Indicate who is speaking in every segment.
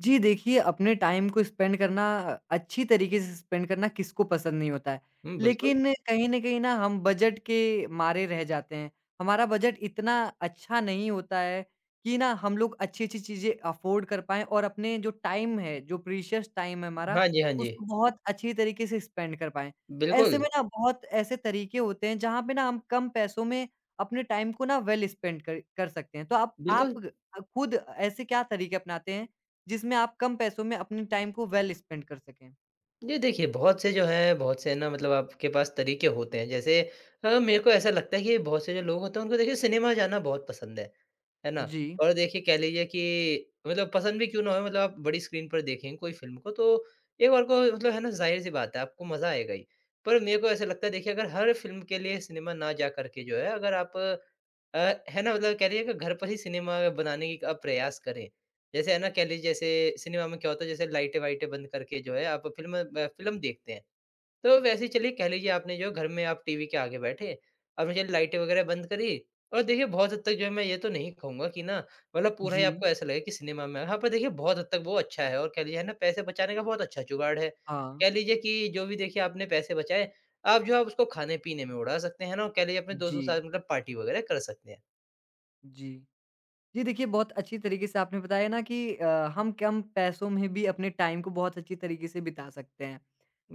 Speaker 1: जी देखिए, अपने टाइम को स्पेंड करना अच्छी तरीके से स्पेंड करना किसको पसंद नहीं होता है।
Speaker 2: हुँ, बिल्कुल।
Speaker 1: लेकिन कहीं न कहीं ना हम बजट के मारे रह जाते हैं। हमारा बजट इतना अच्छा नहीं होता है कि ना हम लोग अच्छी-अच्छी चीज़ें अफ़ोर्ड कर पाएँ और अपने जो टाइम है, जो प्रीशियस टाइम है हमारा,
Speaker 2: हाँ जी, हाँ जी।
Speaker 1: उसको बहुत अच्छी तरीके से स्पेंड कर पाएँ। ऐसे
Speaker 2: बिल्कुल,
Speaker 1: में ना बहुत ऐसे तरीके होते हैं जहाँ पे ना हम कम पैसों में अपने टाइम को ना वेल स्पेंड कर कर सकते हैं। तो आप
Speaker 2: बिल्कुल।
Speaker 1: खुद ऐसे क्या तरीके अपनाते हैं जिसमें आप कम पैसों में अपने टाइम को वेल स्पेंड कर सकें।
Speaker 2: ये देखिए बहुत से जो हैं, बहुत से ना मतलब आपके पास तरीके होते हैं। जैसे मेरे को ऐसा लगता है कि बहुत से जो लोग होते हैं उनको देखिए सिनेमा जाना बहुत पसंद है ना?
Speaker 1: जी,
Speaker 2: और देखिए कह लीजिए कि मतलब पसंद भी क्यों ना हो, मतलब आप बड़ी स्क्रीन पर देखें कोई फ़िल्म को तो एक बार को मतलब है ना, ज़ाहिर-सी बात है आपको मज़ा आएगा ही। पर मेरे को ऐसा लगता है देखिए अगर हर फ़िल्म के लिए सिनेमा ना जा कर के जो है, अगर आप है ना मतलब कह लीजिए कि घर पर ही सिनेमा बनाने का प्रयास करें, जैसे है ना, कह लीजिए जैसे सिनेमा में क्या होता है, जैसे लाइटें-वाइटें बंद करके जो है आप फ़िल्म देखते हैं। तो वैसे ही चलिए कह लीजिए आपने जो घर में आप टीवी के आगे बैठे, आपने चलिए लाइटें वग़ैरह बंद करी और देखिए बहुत हद तक जो है, मैं ये तो नहीं कहूँगा कि ना मतलब पूरा ही
Speaker 1: जी।
Speaker 2: आपको ऐसा लगे कि सिनेमा में, हाँ, पर देखिए बहुत हद तक वो अच्छा है और कह लीजिए है ना, पैसे बचाने का बहुत अच्छा जुगाड़ है।
Speaker 1: हाँ,
Speaker 2: कह लीजिए कि जो भी देखिए आपने पैसे बचाए, आप जो है उसको खाने-पीने में उड़ा सकते हैं ना, और कह लीजिए अपने दोस्तों के
Speaker 1: जी,
Speaker 2: साथ मतलब पार्टी वग़ैरह कर सकते हैं।
Speaker 1: जी। जी, देखिए बहुत अच्छी तरीके से आपने बताया ना कि हम कम पैसों में भी अपने टाइम को बहुत अच्छी तरीके से बिता सकते हैं।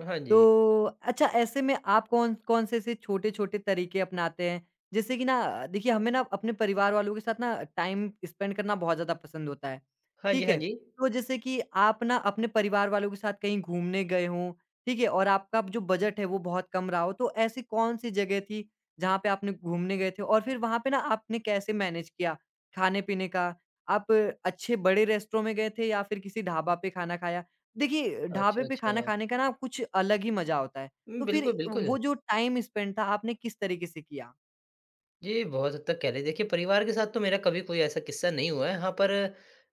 Speaker 2: हाँ जी।
Speaker 1: तो अच्छा ऐसे में आप कौन कौन से ऐसे छोटे-छोटे तरीके अपनाते हैं? जैसे कि ना देखिए हमें ना अपने परिवार वालों के साथ ना टाइम स्पेंड करना बहुत ज़्यादा पसंद होता है,
Speaker 2: हाँ जी,
Speaker 1: ठीक
Speaker 2: हाँ
Speaker 1: है?
Speaker 2: जी।
Speaker 1: तो जैसे कि आप ना अपने परिवार वालों के साथ कहीं घूमने गए हों, ठीक है? और आपका जो बजट है वो बहुत कम रहा हो, तो ऐसी कौन-सी जगह थी जहाँ पे आपने घूमने गए थे? और फिर वहाँ पे ना आपने कैसे मैनेज किया खाने-पीने का? आप अच्छे बड़े रेस्टोरेंट में गए थे या फिर किसी ढाबा पे खाना खाया? देखिए, ढाबे
Speaker 2: अच्छा,
Speaker 1: पे खाना
Speaker 2: अच्छा।
Speaker 1: खाने का ना कुछ अलग ही मज़ा होता है।
Speaker 2: हुँ,
Speaker 1: तो फिर
Speaker 2: बिल्कुल, बिल्कुल।
Speaker 1: वो जो टाइम स्पेंड था आपने किस तरीके से किया?
Speaker 2: जी, बहुत हद तक कह लें देखिए परिवार के साथ तो मेरा कभी कोई ऐसा किस्सा नहीं हुआ है। हाँ, पर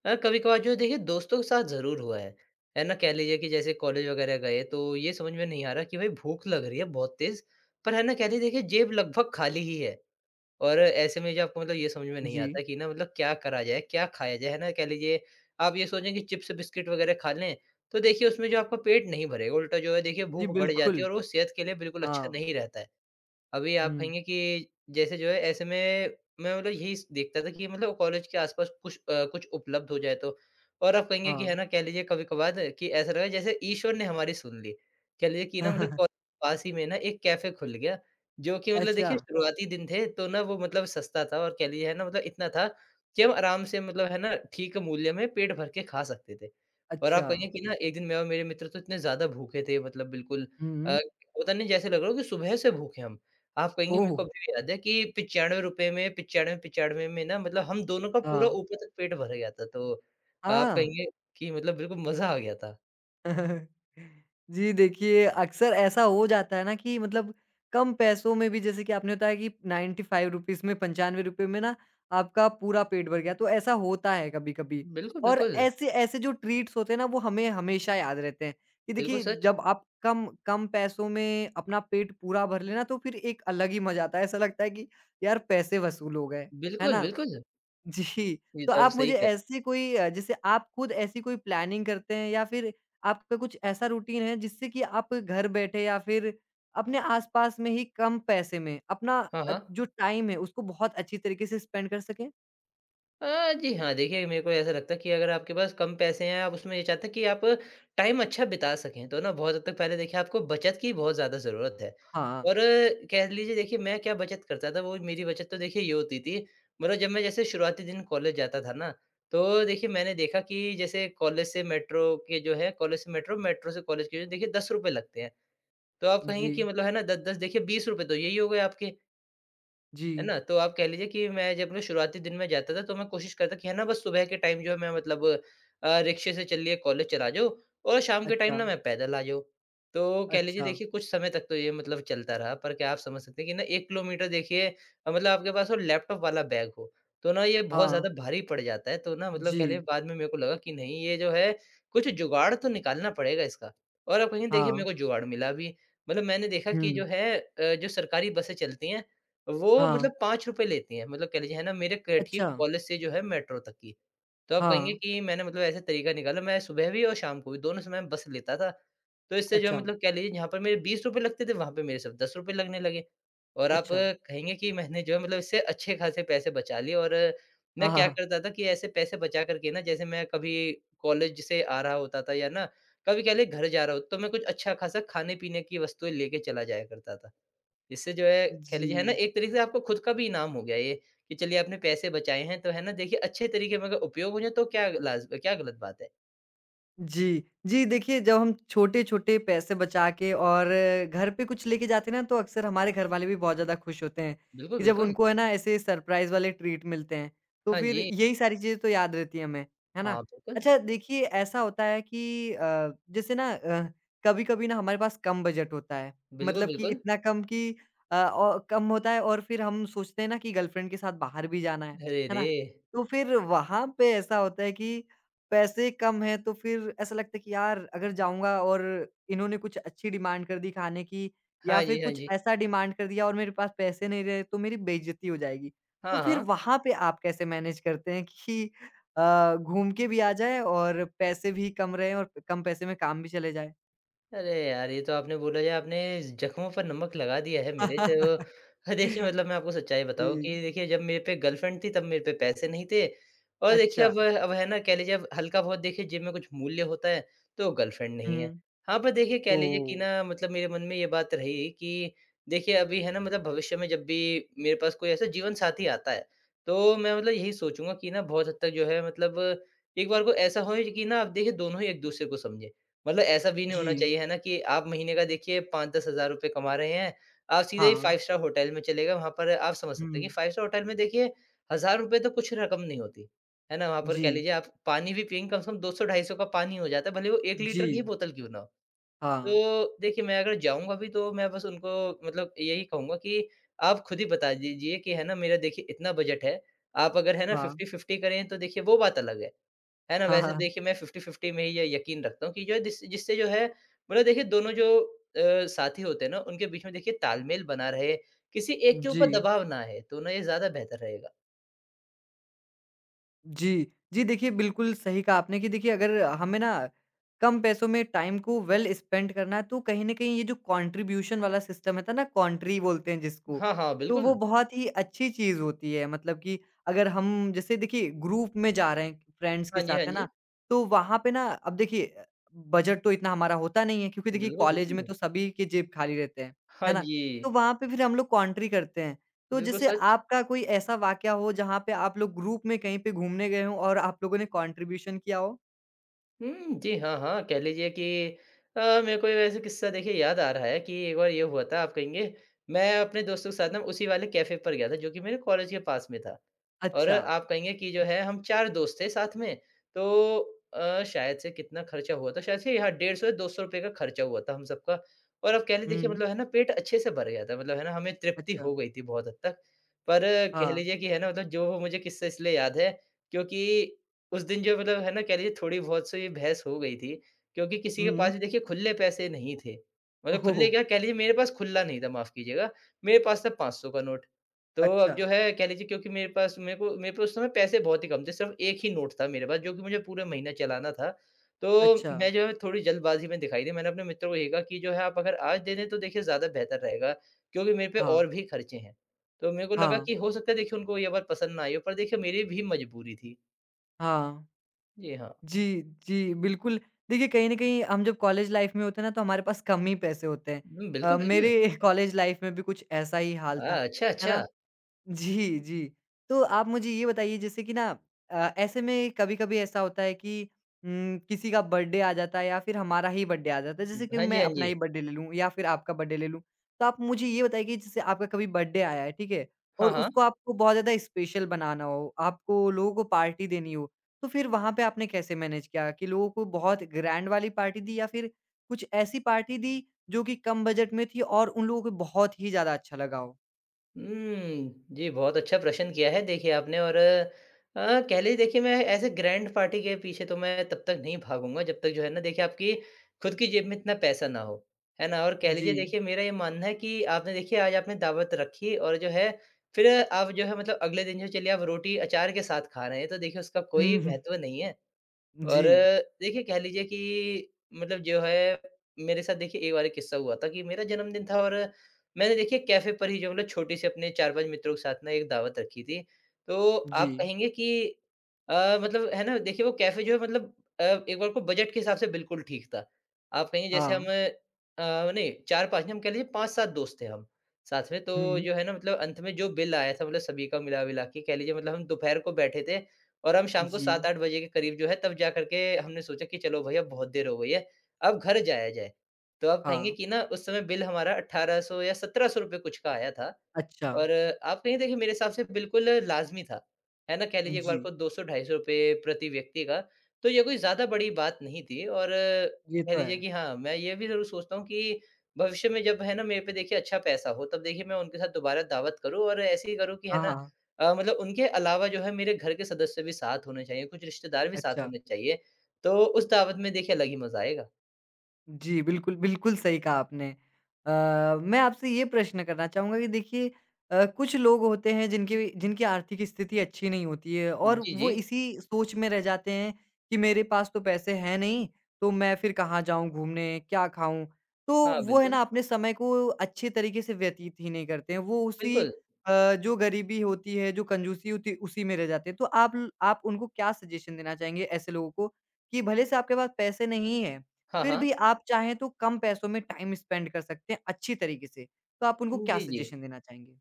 Speaker 2: कभी-कभार जो है देखिए दोस्तों के साथ ज़रूर हुआ है। है ना? कह लीजिए कि जैसे कॉलेज वगैरह गए तो ये समझ में नहीं आ रहा कि भाई भूख लग रही है बहुत तेज़। पर है ना, कह लीजिए देखिए जेब लगभग खाली ही है और ऐसे में जो आपको मतलब ये समझ में नहीं
Speaker 1: जी।
Speaker 2: आता कि ना मतलब क्या करा जाए, क्या खाया जाए? है ना? कह लीजिए आप ये सोचें कि चिप्स बिस्किट वगैरह खा लें, तो देखिए उसमें जो आपका पेट नहीं भरेगा, उल्टा जो है देखिए
Speaker 1: जी,
Speaker 2: भूख बढ़ जाती है
Speaker 1: बिल्कुल।
Speaker 2: और वो सेहत के लिए बिल्कुल अच्छा
Speaker 1: हाँ।
Speaker 2: नहीं रहता है। अभी आप
Speaker 1: हुँ,
Speaker 2: कहेंगे कि जैसे जो है ऐसे में मैं मतलब यही स देखता था कि मतलब कॉलेज के आस-पास कुछ उपलब्ध हो जाए तो। और आप कहेंगे कि है
Speaker 1: हाँ।
Speaker 2: ना, कह लीजिए कभी-कभार कि ऐसा लगा जैसे ईश्वर ने हमारी सुन ली। कह लीजिए कि ना मतलब कॉलेज के पास ही में ना एक कैफ़े खुल गया, जो कि मतलब
Speaker 1: अच्छा,
Speaker 2: देखिए शुरुआती दिन थे तो ना वो मतलब सस्ता था और कह लीजिए है ना, मतलब इतना था कि हम आराम से मतलब है ना, ठीक मूल्य में पेट भर के खा सकते थे। और आप
Speaker 1: अच्छा।
Speaker 2: कहेंगे कि ना एक दिन मैं और मेरे मित्र तो इतने ज़्यादा भूखे थे मतलब बिल्कुल अ,
Speaker 1: हुँ।
Speaker 2: होता नहीं, जैसे लग रहा हो कि सुबह से भूखे हम। आप कहेंगे मेरे
Speaker 1: ओह!
Speaker 2: को अभी भी याद है कि ₹95 में, 95-95 में ना, मतलब हम दोनों का पूरा
Speaker 1: हाँ,
Speaker 2: ऊपर तक पेट भर गया था। तो आप
Speaker 1: हाँ।
Speaker 2: कहेंगे कि मतलब बिल्कुल मज़ा आ गया था।
Speaker 1: जी, देखिए अक्सर ऐसा हो जाता है ना कि मतलब कम पैसों में भी जैसे कि आपने बताया कि 95 रुपीज़ में, ₹95 में ना आपका पूरा पेट भर गया, तो ऐसा होता है कभी-कभी।
Speaker 2: बिल्कुल,
Speaker 1: और
Speaker 2: बिल्कुल।
Speaker 1: ऐसे ऐसे जो ट्रीट्स होते हैं ना, वो हमें हमेशा याद रहते हैं कि
Speaker 2: बिल्कुल
Speaker 1: देखिए,
Speaker 2: सच।
Speaker 1: जब आप कम कम पैसों में अपना पेट पूरा भर लेना, तो फिर एक अलग ही मज़ा आता है। ऐसा लगता है कि यार पैसे वसूल हो गए, है
Speaker 2: बिल्कुल,
Speaker 1: ना?
Speaker 2: बिल्कुल।
Speaker 1: जी,
Speaker 2: ये
Speaker 1: तो
Speaker 2: तो आप
Speaker 1: आप
Speaker 2: सही
Speaker 1: मुझे
Speaker 2: कह।
Speaker 1: ऐसी कोई जैसे आप खुद ऐसी कोई प्लानिंग करते हैं या फिर आपका कुछ ऐसा रूटीन है जिससे कि आप घर बैठे या फिर अपने आसपास में ही कम पैसे में अपना
Speaker 2: हाँ, हाँ।
Speaker 1: जो टाइम है उसको बहुत अच्छी तरीके से स्पेंड कर सकें?
Speaker 2: जी हाँ, देखिए मेरे को ऐसा लगता है कि अगर आपके पास कम पैसे हैं, आप उसमें ये चाहते हैं कि आप टाइम अच्छा बिता सकें, तो ना बहुत हद तक पहले देखिए आपको बचत की बहुत ज़्यादा ज़रूरत है।
Speaker 1: हाँ,
Speaker 2: और कह लीजिए देखिए मैं क्या बचत करता था, वो मेरी बचत तो देखिए ये होती थी, मतलब जब मैं जैसे शुरुआती दिन कॉलेज जाता था ना, तो देखिए मैंने देखा कि जैसे कॉलेज से मेट्रो के जो है, कॉलेज से मेट्रो, मेट्रो से कॉलेज के जो देखिए ₹10 लगते हैं। तो आप कहेंगे
Speaker 1: जी,
Speaker 2: कि मतलब है ना, 10-10 देखिए ₹20 तो यही हो गए आपके। है
Speaker 1: जी,
Speaker 2: ना? तो आप कह लीजिए कि मैं जब अपने शुरुआती दिन में जाता था तो मैं कोशिश करता कि है ना, बस सुबह के टाइम जो है मैं मतलब रिक्शे से चलिए कॉलेज चला जाऊँ और शाम के टाइम
Speaker 1: अच्छा,
Speaker 2: ना मैं पैदल आ जाऊँ। तो कह लीजिए
Speaker 1: अच्छा,
Speaker 2: देखिए कुछ समय तक तो ये मतलब चलता रहा, पर क्या आप समझ सकते हैं कि ना 1 किलोमीटर देखिए मतलब आपके पास वो लैपटॉप वाला बैग हो, तो ना ये बहुत
Speaker 1: हाँ,
Speaker 2: ज़्यादा भारी पड़ जाता है। तो ना मतलब कह लीजिए
Speaker 1: जी,
Speaker 2: बाद में मेरे को लगा कि नहीं ये जो है कुछ जुगाड़ तो निकालना पड़ेगा इसका। और अब कहीं देखिए मेरे
Speaker 1: हाँ,
Speaker 2: को जुगाड़ मिला भी। मतलब मैंने देखा कि
Speaker 1: हुँ,
Speaker 2: जो है जो सरकारी बसें चलती हैं वो
Speaker 1: हाँ,
Speaker 2: मतलब ₹5 लेती हैं, मतलब कह लीजिए है ना, मेरे क
Speaker 1: अच्छा,
Speaker 2: ठीक कॉलेज से जो है मेट्रो तक की। तो आप
Speaker 1: हाँ,
Speaker 2: कहेंगे कि मैंने मतलब ऐसा तरीका निकाला, मैं सुबह भी और शाम को भी दोनों समय में बस लेता था। तो इससे जो है
Speaker 1: अच्छा,
Speaker 2: मतलब कह लीजिए जहाँ पर मेरे ₹20 लगते थे वहाँ पे मेरे सिर्फ़ ₹10 लगने लगे। और आप
Speaker 1: अच्छा,
Speaker 2: कहेंगे कि मैंने जो है मतलब इससे अच्छे खासे पैसे बचा लिए, और
Speaker 1: हाँ,
Speaker 2: मैं
Speaker 1: हाँ,
Speaker 2: क्या
Speaker 1: हाँ,
Speaker 2: करता था कि ऐसे पैसे बचा कर के ना, जैसे मैं कभी कॉलेज से आ रहा होता था या ना कभी कह लें घर जा रहा होता तो मैं कुछ अच्छा खासा खाने-पीने की वस्तुएँ लेके चला जाया करता था। इससे जो है कह
Speaker 1: जी।
Speaker 2: लीजिए है ना, एक तरीके से आपको खुद का भी इनाम हो गया ये, कि चलिए आपने पैसे बचाए हैं तो है ना, देखिए अच्छे तरीके में अगर उपयोग हो जाए तो क्या लाज़ क्या गलत बात है।
Speaker 1: जी। जी, देखिए जब हम छोटे-छोटे पैसे बचा के और घर पे कुछ लेके जाते हैं ना तो अक्सर हमारे घर वाले भी बहुत ज़्यादा खुश होते हैं,
Speaker 2: बिल्कुल,
Speaker 1: कि जब
Speaker 2: बिल्कुल।
Speaker 1: उनको है ना ऐसे सरप्राइज़ वाले ट्रीट मिलते हैं, तो
Speaker 2: हाँ
Speaker 1: फिर
Speaker 2: जी।
Speaker 1: यही सारी चीज़ें तो याद रहती हैं हमें, है ना?
Speaker 2: हाँ, बिल्कुल।
Speaker 1: अच्छा देखिए ऐसा होता है कि जैसे ना कभी-कभी ना हमारे पास कम बजट होता है,
Speaker 2: बिल्कुल,
Speaker 1: मतलब कि
Speaker 2: बिल्कुल।
Speaker 1: इतना कम कि अ, औ कम होता है और फिर हम सोचते हैं ना कि गर्लफ्रेंड के साथ बाहर भी जाना
Speaker 2: अरे
Speaker 1: है
Speaker 2: रे!
Speaker 1: ना? तो फिर वहाँ पे ऐसा होता है कि पैसे कम हैं तो फिर ऐसा लगता है कि यार अगर जाऊँगा और इन्होंने कुछ अच्छी डिमांड कर दी खाने की या
Speaker 2: हाँ
Speaker 1: फिर
Speaker 2: जी, हाँ
Speaker 1: कुछ
Speaker 2: जी।
Speaker 1: ऐसा डिमांड कर दिया और मेरे पास पैसे नहीं रहे तो मेरी बेइज़्ज़ती हो जाएगी। तो
Speaker 2: हाँ,
Speaker 1: फिर
Speaker 2: हाँ।
Speaker 1: वहाँ पे आप कैसे मैनेज करते हैं कि घूम के भी आ जाए और पैसे भी कम रहें और कम पैसे में काम भी चले जाए?
Speaker 2: अरे यार! ये तो आपने बोला जाए आपने जख्मों पर नमक लगा दिया है मेरे तो। देखिए मतलब मैं आपको सच्चाई
Speaker 1: जी।
Speaker 2: बताऊँ कि देखिए जब मेरे पे गर्लफ्रेंड थी तब मेरे पे पैसे नहीं थे, और देखिए
Speaker 1: अच्छा।
Speaker 2: अब है ना, कह लीजिए अब हल्का-बहुत देखिए जेब में कुछ मूल्य होता है तो गर्लफ्रेंड नहीं है।
Speaker 1: हुँ।
Speaker 2: हाँ, पर देखिए कह लीजिए कि
Speaker 1: ओह!
Speaker 2: ना मतलब मेरे मन में ये बात रही कि देखिए अभी है ना, मतलब भविष्य में जब भी मेरे पास कोई ऐसा जीवन साथी आता है, तो मैं मतलब यही सोचूँगा कि ना बहुत हद तक जो है, मतलब एक बार को ऐसा होए कि ना अब देखिए दोनों ही एक-दूसरे को समझें। मतलब ऐसा भी नहीं
Speaker 1: जी।
Speaker 2: होना चाहिए है ना, कि आप महीने का देखिए 5-10 हज़ार रुपए कमा रहे हैं, आप सीधे ही
Speaker 1: हाँ।
Speaker 2: फाइव स्टार होटल में चले गए, वहाँ पर आप समझ सकते हैं
Speaker 1: हुँ।
Speaker 2: कि फाइव स्टार होटल में देखिए हज़ार रुपए तो कुछ रकम नहीं होती, है ना? वहाँ पर कह
Speaker 1: जी।
Speaker 2: लीजिए आप पानी भी पिएँगे, कम से कम 200-250 का पानी हो जाता है, भले वो 1
Speaker 1: जी।
Speaker 2: लीटर की ही बोतल क्यों ना हो।
Speaker 1: हाँ।
Speaker 2: तो देखिए मैं अगर जाऊँगा भी तो मैं बस उनको मतलब यही कहूँगा कि आप खुद ही बता दीजिए कि है ना, मेरा देखिए इतना बजट है, आप अगर है ना
Speaker 1: हाँ।
Speaker 2: 50-50 करें तो देखिए वो बात अलग है। है ना?
Speaker 1: हाँ,
Speaker 2: वैसे
Speaker 1: हाँ।
Speaker 2: देखिए मैं 50-50 में ही ये यकीन रखता हूँ कि जो है, जिससे जो है मतलब देखिए दोनों जो साथी होते हैं ना, उनके बीच में देखिए तालमेल बना रहे, किसी एक के
Speaker 1: जी।
Speaker 2: ऊपर दबाव ना आए, तो ना ये ज़्यादा बेहतर रहेगा।
Speaker 1: जी। जी, देखिए बिल्कुल सही कहा आपने कि देखिए अगर हमें ना कम पैसों में टाइम को वेल स्पेंड करना है तो कहीं न कहीं ये जो कंट्रीब्यूशन वाला सिस्टम होता है था ना कंट्री बोलते हैं जिसको,
Speaker 2: हाँ, हाँ,
Speaker 1: तो वो
Speaker 2: बिल्कुल।
Speaker 1: बहुत ही अच्छी चीज़ होती है। मतलब कि अगर हम जैसे देखिए ग्रुप में जा रहे हैं फ्रेंड्स के
Speaker 2: हाँ जी, हाँ
Speaker 1: साथ है ना,
Speaker 2: जी।
Speaker 1: तो वहाँ पे ना अब देखिए बजट तो इतना हमारा होता नहीं है क्योंकि देखिए
Speaker 2: बिल्कुल,
Speaker 1: कॉलेज में
Speaker 2: बिल्कुल।
Speaker 1: तो सभी के जेब खाली रहते हैं, है
Speaker 2: हाँ
Speaker 1: ना?
Speaker 2: जी,
Speaker 1: तो वहाँ पे फिर हम लोग कंट्री करते हैं। तो
Speaker 2: बिल्कुल
Speaker 1: जैसे
Speaker 2: सच।
Speaker 1: आपका कोई ऐसा वाकया हो जहाँ पे आप लोग ग्रुप में कहीं पे घूमने गए हों और आप लोगों ने कॉन्ट्रिब्यूशन किया हो?
Speaker 2: हुँ, जी, हाँ, हाँ, कह लीजिए कि मेरे को ये वैसे किस्सा देखिए याद आ रहा है कि एक बार ये हुआ था आप कहेंगे, मैं अपने दोस्तों के साथ ना उसी वाले कैफ़े पर गया था जो कि मेरे कॉलेज के पास में था। और
Speaker 1: अच्छा।
Speaker 2: आप कहेंगे कि जो है हम 4 दोस्त थे साथ में, तो शायद से कितना खर्चा हुआ था, शायद से यहाँ ₹150 या ₹200 का खर्चा हुआ था हम सबका। और अब कह लीजिए देखिए
Speaker 1: हुँ,
Speaker 2: मतलब है ना, पेट अच्छे से भर गया था, मतलब है ना, हमें तृप्ति
Speaker 1: अच्छा।
Speaker 2: हो गई थी बहुत हद तक। पर कह
Speaker 1: हाँ।
Speaker 2: लीजिए कि है ना, मतलब जो वो मुझे किस्सा इसलिए याद है क्योंकि उस दिन जो मतलब है ना, कह लीजिए थोड़ी बहुत सी बहस हो गई थी, क्योंकि किसी के
Speaker 1: हुँ।
Speaker 2: पास भी देखिए खुले पैसे नहीं थे। मतलब
Speaker 1: ओह!
Speaker 2: खुले क्या, कह लीजिए मेरे पास खुल्ला नहीं था, माफ़ कीजिएगा, मेरे पास था 500 का नोट। तो
Speaker 1: अच्छा,
Speaker 2: अब जो है कह लीजिए क्योंकि मेरे पास मेरे को मेरे पे उस समय पैसे बहुत ही कम थे, सिर्फ़ 1 ही नोट था मेरे पास जो कि मुझे पूरे महीना चलाना था। तो
Speaker 1: अच्छा।
Speaker 2: मैं जो है थोड़ी जल्दबाज़ी में दिखाई दी, मैंने अपने मित्रों को ये कहा कि जो है आप अगर आज दे दें तो देखिए ज़्यादा बेहतर रहेगा, क्योंकि मेरे पे
Speaker 1: हाँ,
Speaker 2: और भी खर्चे हैं। तो मेरे को लगा
Speaker 1: हाँ,
Speaker 2: कि हो सकता है देखिए उनको ये बात पसंद ना आई हो, पर देखिए मेरी भी मजबूरी थी।
Speaker 1: हाँ।
Speaker 2: जी हाँ।
Speaker 1: जी, जी, बिल्कुल। देखिए, कहीं न कहीं हम जब कॉलेज लाइफ़ में होते हैं ना तो हमारे पास कम ही पैसे होते हैं।
Speaker 2: हुँ, बिल्कुल, बिल्कुल।
Speaker 1: मेरे कॉलेज लाइफ़ में भी कुछ ऐसा ही हाल
Speaker 2: हाँ,
Speaker 1: था,
Speaker 2: अच्छा,
Speaker 1: है ना?
Speaker 2: अच्छा।
Speaker 1: जी, जी। तो आप मुझे ये बताइए जैसे कि ना ऐसे में कभी-कभी ऐसा होता है कि किसी का बर्थडे आ जाता है या फिर हमारा ही बर्थडे आ जाता है। जैसे कि
Speaker 2: हाँ जी,
Speaker 1: मैं
Speaker 2: हाँ
Speaker 1: अपना
Speaker 2: जी।
Speaker 1: ही बर्थडे ले लूँ या फिर आपका बर्थडे ले लूँ। तो आप मुझे ये बताइए कि जैसे आपका कभी बर्थडे आया है, ठीक है?
Speaker 2: हाँ,
Speaker 1: और
Speaker 2: हाँ।
Speaker 1: उसको आपको बहुत ज़्यादा स्पेशल बनाना हो, आपको लोगों को पार्टी देनी हो, तो फिर वहाँ पे आपने कैसे मैनेज किया कि लोगों को बहुत ग्रैंड वाली पार्टी दी या फिर कुछ ऐसी पार्टी दी जो कि कम बजट में थी और उन लोगों को बहुत ही ज़्यादा अच्छा लगा हो?
Speaker 2: हुँ, जी, बहुत अच्छा प्रश्न किया है देखिए आपने और कह लीजिए देखिए मैं ऐसे ग्रैंड पार्टी के पीछे तो मैं तब तक नहीं भागूँगा जब तक जो है ना देखिए आपकी खुद की जेब में इतना पैसा ना हो, है ना? और कह
Speaker 1: जी।
Speaker 2: लीजिए देखिए मेरा ये मानना है कि आपने देखिए आज आपने दावत रखी और जो है फिर आप जो है मतलब अगले दिन जो चलिए आप रोटी अचार के साथ खा रहे हैं, तो देखिए उसका कोई महत्व नहीं है। और
Speaker 1: जी,
Speaker 2: देखिए कह लीजिए कि मतलब जो है मेरे साथ देखिए एक बार एक किस्सा हुआ था कि मेरा जन्मदिन था और मैंने देखिए कैफ़े पर ही जो मतलब छोटी सी अपने 4-5 मित्रों के साथ ना एक दावत रखी थी। तो
Speaker 1: जी,
Speaker 2: आप कहेंगे कि मतलब है ना देखिए वो कैफ़े जो है मतलब एक बार को बजट के हिसाब से बिल्कुल ठीक था। आप कहेंगे जैसे हम
Speaker 1: हाँ,
Speaker 2: नहीं 4-5 नहीं हम कह लीजिए 5-7 दोस्त थे हम साथ में। तो
Speaker 1: हुँ,
Speaker 2: जो है ना मतलब अंत में जो बिल आया था मतलब सभी का मिला-विला के कह लीजिए मतलब हम दोपहर को बैठे थे और हम शाम को
Speaker 1: जी,
Speaker 2: 7-8 बजे के करीब जो है तब जा कर के हमने सोचा कि चलो भई अब बहुत देर हो गई है, अब घर जाया जाए। तो आप कहेंगे
Speaker 1: हाँ,
Speaker 2: कि ना उस समय बिल हमारा 1800 या ₹1700 कुछ का आया था
Speaker 1: अच्छा,
Speaker 2: और आप कहें देखिए मेरे हिसाब से बिल्कुल लाज़मी था, है ना? कह लीजिए एक बार
Speaker 1: जी,
Speaker 2: को 200 250 रुपए प्रति व्यक्ति का, तो ये कोई ज़्यादा बड़ी बात नहीं थी और
Speaker 1: ये
Speaker 2: कह
Speaker 1: तो
Speaker 2: लीजिए
Speaker 1: है।
Speaker 2: कि हाँ, मैं ये भी ज़रूर सोचता हूँ कि भविष्य में जब है ना मेरे पे देखिए अच्छा पैसा हो तब देखिए मैं उनके साथ दोबारा दावत करूँ और ऐसे ही करूँ कि है
Speaker 1: हाँ,
Speaker 2: ना
Speaker 1: हाँ,
Speaker 2: मतलब उनके अलावा जो है मेरे घर के सदस्य भी साथ होने चाहिए, कुछ रिश्तेदार भी साथ
Speaker 1: अच्छा।
Speaker 2: होने चाहिए, तो उस दावत में देखिए अलग ही मज़ा आएगा।
Speaker 1: जी, बिल्कुल, बिल्कुल सही कहा आपने। मैं आपसे ये प्रश्न करना चाहूँगा कि देखिए कुछ लोग होते हैं जिनकी जिनकी आर्थिक स्थिति अच्छी नहीं होती है और
Speaker 2: जी,
Speaker 1: वो
Speaker 2: जी।
Speaker 1: इसी सोच में रह जाते हैं कि मेरे पास तो पैसे हैं नहीं, तो मैं फिर कहाँ जाऊँ घूमने, क्या खाऊँ? तो
Speaker 2: हाँ,
Speaker 1: वो है
Speaker 2: बिल्कुल।
Speaker 1: ना अपने समय को अच्छे तरीके से व्यतीत ही नहीं करते हैं। वो उसी
Speaker 2: बिल्कुल।
Speaker 1: जो गरीबी होती है, जो कंजूसी होती है, उसी में रह जाते हैं। तो आप उनको क्या सजेशन देना चाहेंगे ऐसे लोगों को कि भले से आपके पास पैसे नहीं है
Speaker 2: हाँ,
Speaker 1: फिर
Speaker 2: हाँ।
Speaker 1: भी आप चाहें तो कम पैसों में टाइम स्पेंड कर सकते हैं अच्छी तरीके से, तो आप उनको क्या
Speaker 2: जी, जी।
Speaker 1: सजेशन देना चाहेंगे?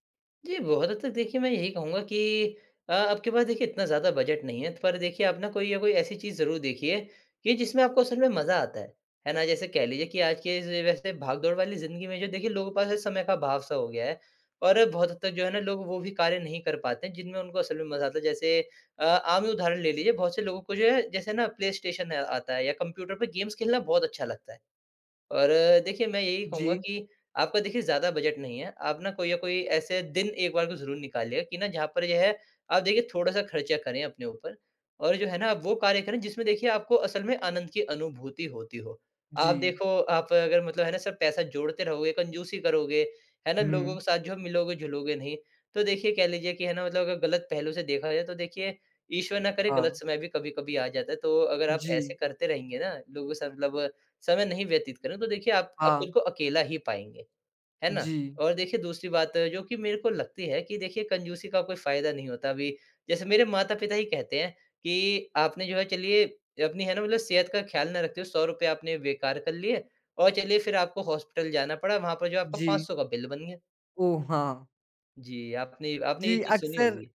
Speaker 2: जी, बहुत हद तक देखिए मैं यही कहूँगा कि आपके पास देखिए इतना ज़्यादा बजट नहीं है, पर देखिए आप ना कोई या कोई ऐसी चीज़ ज़रूर देखिए कि जिसमें आपको असल में मज़ा आता है। है ना? जैसे कह लीजिए कि आज के इस वैसे भाग-दौड़ वाली ज़िंदगी में जो देखिए लोगों के पास है, समय का अभाव सा हो गया है और बहुत हद तक जो है ना लोग वो भी कार्य नहीं कर पाते हैं जिनमें उनको असल में मज़ा आता है। जैसे आम ही उदाहरण ले लीजिए बहुत से लोगों को जो है जैसे ना प्लेस्टेशन है आता है या कंप्यूटर पे गेम्स खेलना बहुत अच्छा लगता है। और देखिए, मैं यही कहूँगा
Speaker 1: जी,
Speaker 2: कि आपका देखिए ज़्यादा बजट नहीं है। आप ना कोई या कोई ऐसे दिन एक बार को ज़रूर निकालिए कि ना जहाँ पर जो है आप देखिए थोड़ा-सा खर्चा करें अपने ऊपर और जो है ना आप वो कार्य करें जिसमें देखिए आपको असल में आनंद की अनुभूति होती हो।
Speaker 1: जी।
Speaker 2: आप देखो आप अगर मतलब है ना सिर्फ़ पैसा जोड़ते रहोगे, कंजूसी करोगे, है ना लोगों
Speaker 1: हुँ,
Speaker 2: के साथ जो मिलोगे-जुलोगे नहीं, तो देखिए कह लीजिए कि है ना मतलब अगर गलत पहलू से देखा जाए तो देखिए ईश्वर ना करे गलत
Speaker 1: हाँ।
Speaker 2: समय भी कभी-कभी आ जाता है। तो अगर आप ऐसे
Speaker 1: जी,
Speaker 2: करते रहेंगे ना लोगों के साथ मतलब समय नहीं व्यतीत करें, तो देखिए आप
Speaker 1: हाँ।
Speaker 2: खुद को अकेला ही पाएँगे, है ना?
Speaker 1: जी,
Speaker 2: और देखिए दूसरी बात जो कि मेरे को लगती है कि देखिए कंजूसी का कोई फ़ायदा नहीं होता अभी, जैसे मेरे माता-पिता ही कहते हैं कि आपने जो है चलिए अपनी है ना मतलब सेहत का ख़्याल ना रखते हुए ₹100 आपने बेकार कर लिए और चलिए फिर आपको हॉस्पिटल जाना पड़ा, वहाँ पर जो आपका
Speaker 1: जी। जी,
Speaker 2: 500 का बिल बन गया।
Speaker 1: ओह! हाँ।
Speaker 2: जी, आपने आपने ये
Speaker 1: जी,
Speaker 2: चीज़ सुनी
Speaker 1: अक्सर
Speaker 2: होगी।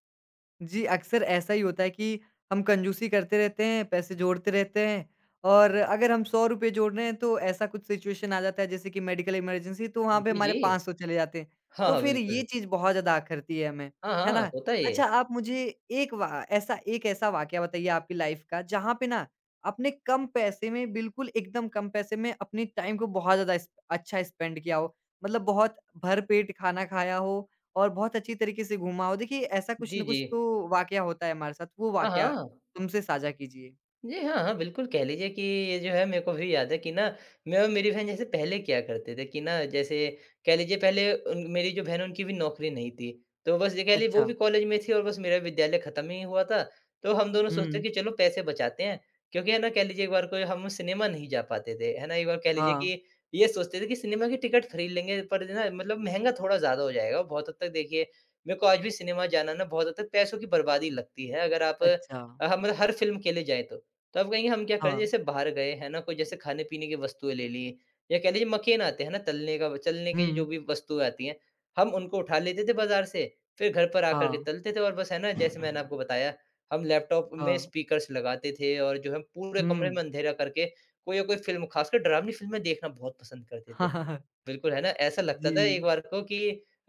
Speaker 1: जी, अक्सर ऐसा ही होता है कि हम कंजूसी करते रहते हैं, पैसे जोड़ते रहते हैं और अगर हम ₹100 जोड़ रहे हैं तो ऐसा कुछ सिचुएशन आ जाता है जैसे कि मेडिकल इमरजेंसी तो वहाँ पे
Speaker 2: जी,
Speaker 1: हमारे
Speaker 2: जी।
Speaker 1: 500 चले जाते हैं।
Speaker 2: हाँ,
Speaker 1: तो
Speaker 2: हाँ,
Speaker 1: फिर ये
Speaker 2: बिल्कुल।
Speaker 1: चीज़ बहुत ज़्यादा करती है हमें,
Speaker 2: हाँ,
Speaker 1: है
Speaker 2: हाँ,
Speaker 1: ना?
Speaker 2: होता है
Speaker 1: अच्छा
Speaker 2: ये।
Speaker 1: आप मुझे एक वा ऐसा एक ऐसा वाक़या बताइए आपकी लाइफ़ का जहाँ पे ना आपने कम पैसे में बिल्कुल एकदम कम पैसे में अपने टाइम को बहुत ज़्यादा स्प अच्छा स्पेंड किया हो। मतलब बहुत भरपेट खाना खाया हो और बहुत अच्छी तरीके से घूमा हो। देखिए, ऐसा कुछ
Speaker 2: जी,
Speaker 1: ना
Speaker 2: जी।
Speaker 1: कुछ तो वाक़या होता है हमारे साथ, वो
Speaker 2: हाँ,
Speaker 1: वाक़या
Speaker 2: हाँ।
Speaker 1: तुमसे साझा कीजिए?
Speaker 2: जी, हाँ, हाँ, बिल्कुल कह लीजिए कि ये जो है मेरे को भी याद है कि ना मैं और मेरी बहन जैसे पहले क्या करते थे कि ना जैसे कह लीजिए पहले उन मेरी जो बहन है उनकी भी नौकरी नहीं थी। तो बस ये कह ली वो
Speaker 1: अच्छा।
Speaker 2: भी कॉलेज में थी और बस मेरा विद्यालय खत्म ही हुआ था। तो हम दोनों सोचते
Speaker 1: हुँ।
Speaker 2: कि चलो पैसे बचाते हैं क्योंकि है ना कह लीजिए एक बार को हम सिनेमा नहीं जा पाते थे, है ना? एक बार कह लीजिए
Speaker 1: हाँ।
Speaker 2: कि ये सोचते थे कि सिनेमा की टिकट खरीद लेंगे पर ना मतलब महँगा थोड़ा ज़्यादा हो जाएगा। और बहुत हद तक देखिए मेरे को आज भी सिनेमा जाना ना बहुत हद तक पैसों की बर्बादी लगती है अगर आप
Speaker 1: अच्छा।
Speaker 2: हम मतलब हर फ़िल्म के लिए जाएँ तो। तो आप कहेंगे हम क्या करें
Speaker 1: हाँ।
Speaker 2: जैसे बाहर गए, है ना? कोई जैसे खाने-पीने की वस्तुएँ ले ली या कह लीजिए मकेन आते हैं ना तलने की जो
Speaker 1: हुँ।
Speaker 2: भी वस्तुएँ आती हैं, हम उनको उठा लेते थे बाज़ार से, फिर घर पर आकर
Speaker 1: हाँ,
Speaker 2: के तलते थे और बस है ना जैसे मैंने आपको बताया, हम लैपटॉप में
Speaker 1: हाँ।
Speaker 2: स्पीकर्स लगाते थे और जो है पूरे कमरे
Speaker 1: हुँ।
Speaker 2: में अंधेरा करके कोई या कोई फ़िल्म, ख़ासकर डरावनी फ़िल्में देखना बहुत पसंद करते थे। बिल्कुल, है ना? ऐसा लगता
Speaker 1: जी।
Speaker 2: था एक बार को कि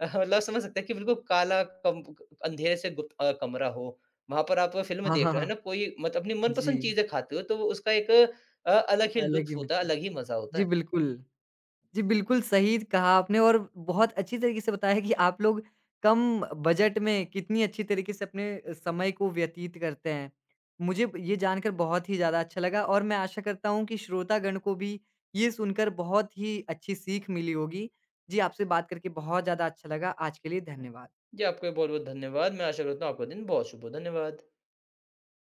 Speaker 2: मतलब समझ सकते हैं कि बिल्कुल काला कम अंधेरे से गुप्त कमरा हो। वहाँ पर आप फ़िल्म
Speaker 1: हाँ,
Speaker 2: देख
Speaker 1: हाँ,
Speaker 2: रहे हो,
Speaker 1: हाँ।
Speaker 2: है ना? कोई मत अपनी मनपसंद
Speaker 1: जी।
Speaker 2: चीज़ें खाते हो, तो वो उसका एक अलग ही
Speaker 1: अलग
Speaker 2: लुत्फ़
Speaker 1: ही
Speaker 2: होता है,
Speaker 1: मज़ा है।
Speaker 2: अलग ही मज़ा होता
Speaker 1: जी,
Speaker 2: है।
Speaker 1: बिल्कुल। जी, बिल्कुल सही कहा आपने और बहुत अच्छी तरीके से बताया कि आप लोग कम बजट में कितनी अच्छी तरीके से अपने समय को व्यतीत करते हैं। मुझे ये जानकर बहुत ही ज़्यादा अच्छा लगा और मैं आशा करता हूँ कि श्रोतागण को भी ये सुनकर बहुत ही अच्छी सीख मिली होगी। जी, आपसे बात करके बहुत ज़्यादा अच्छा लगा। आज के लिए धन्यवाद।
Speaker 2: जी, आपका बहुत-बहुत धन्यवाद। मैं आशा करता हूँ आपका दिन बहुत शुभ हो। धन्यवाद।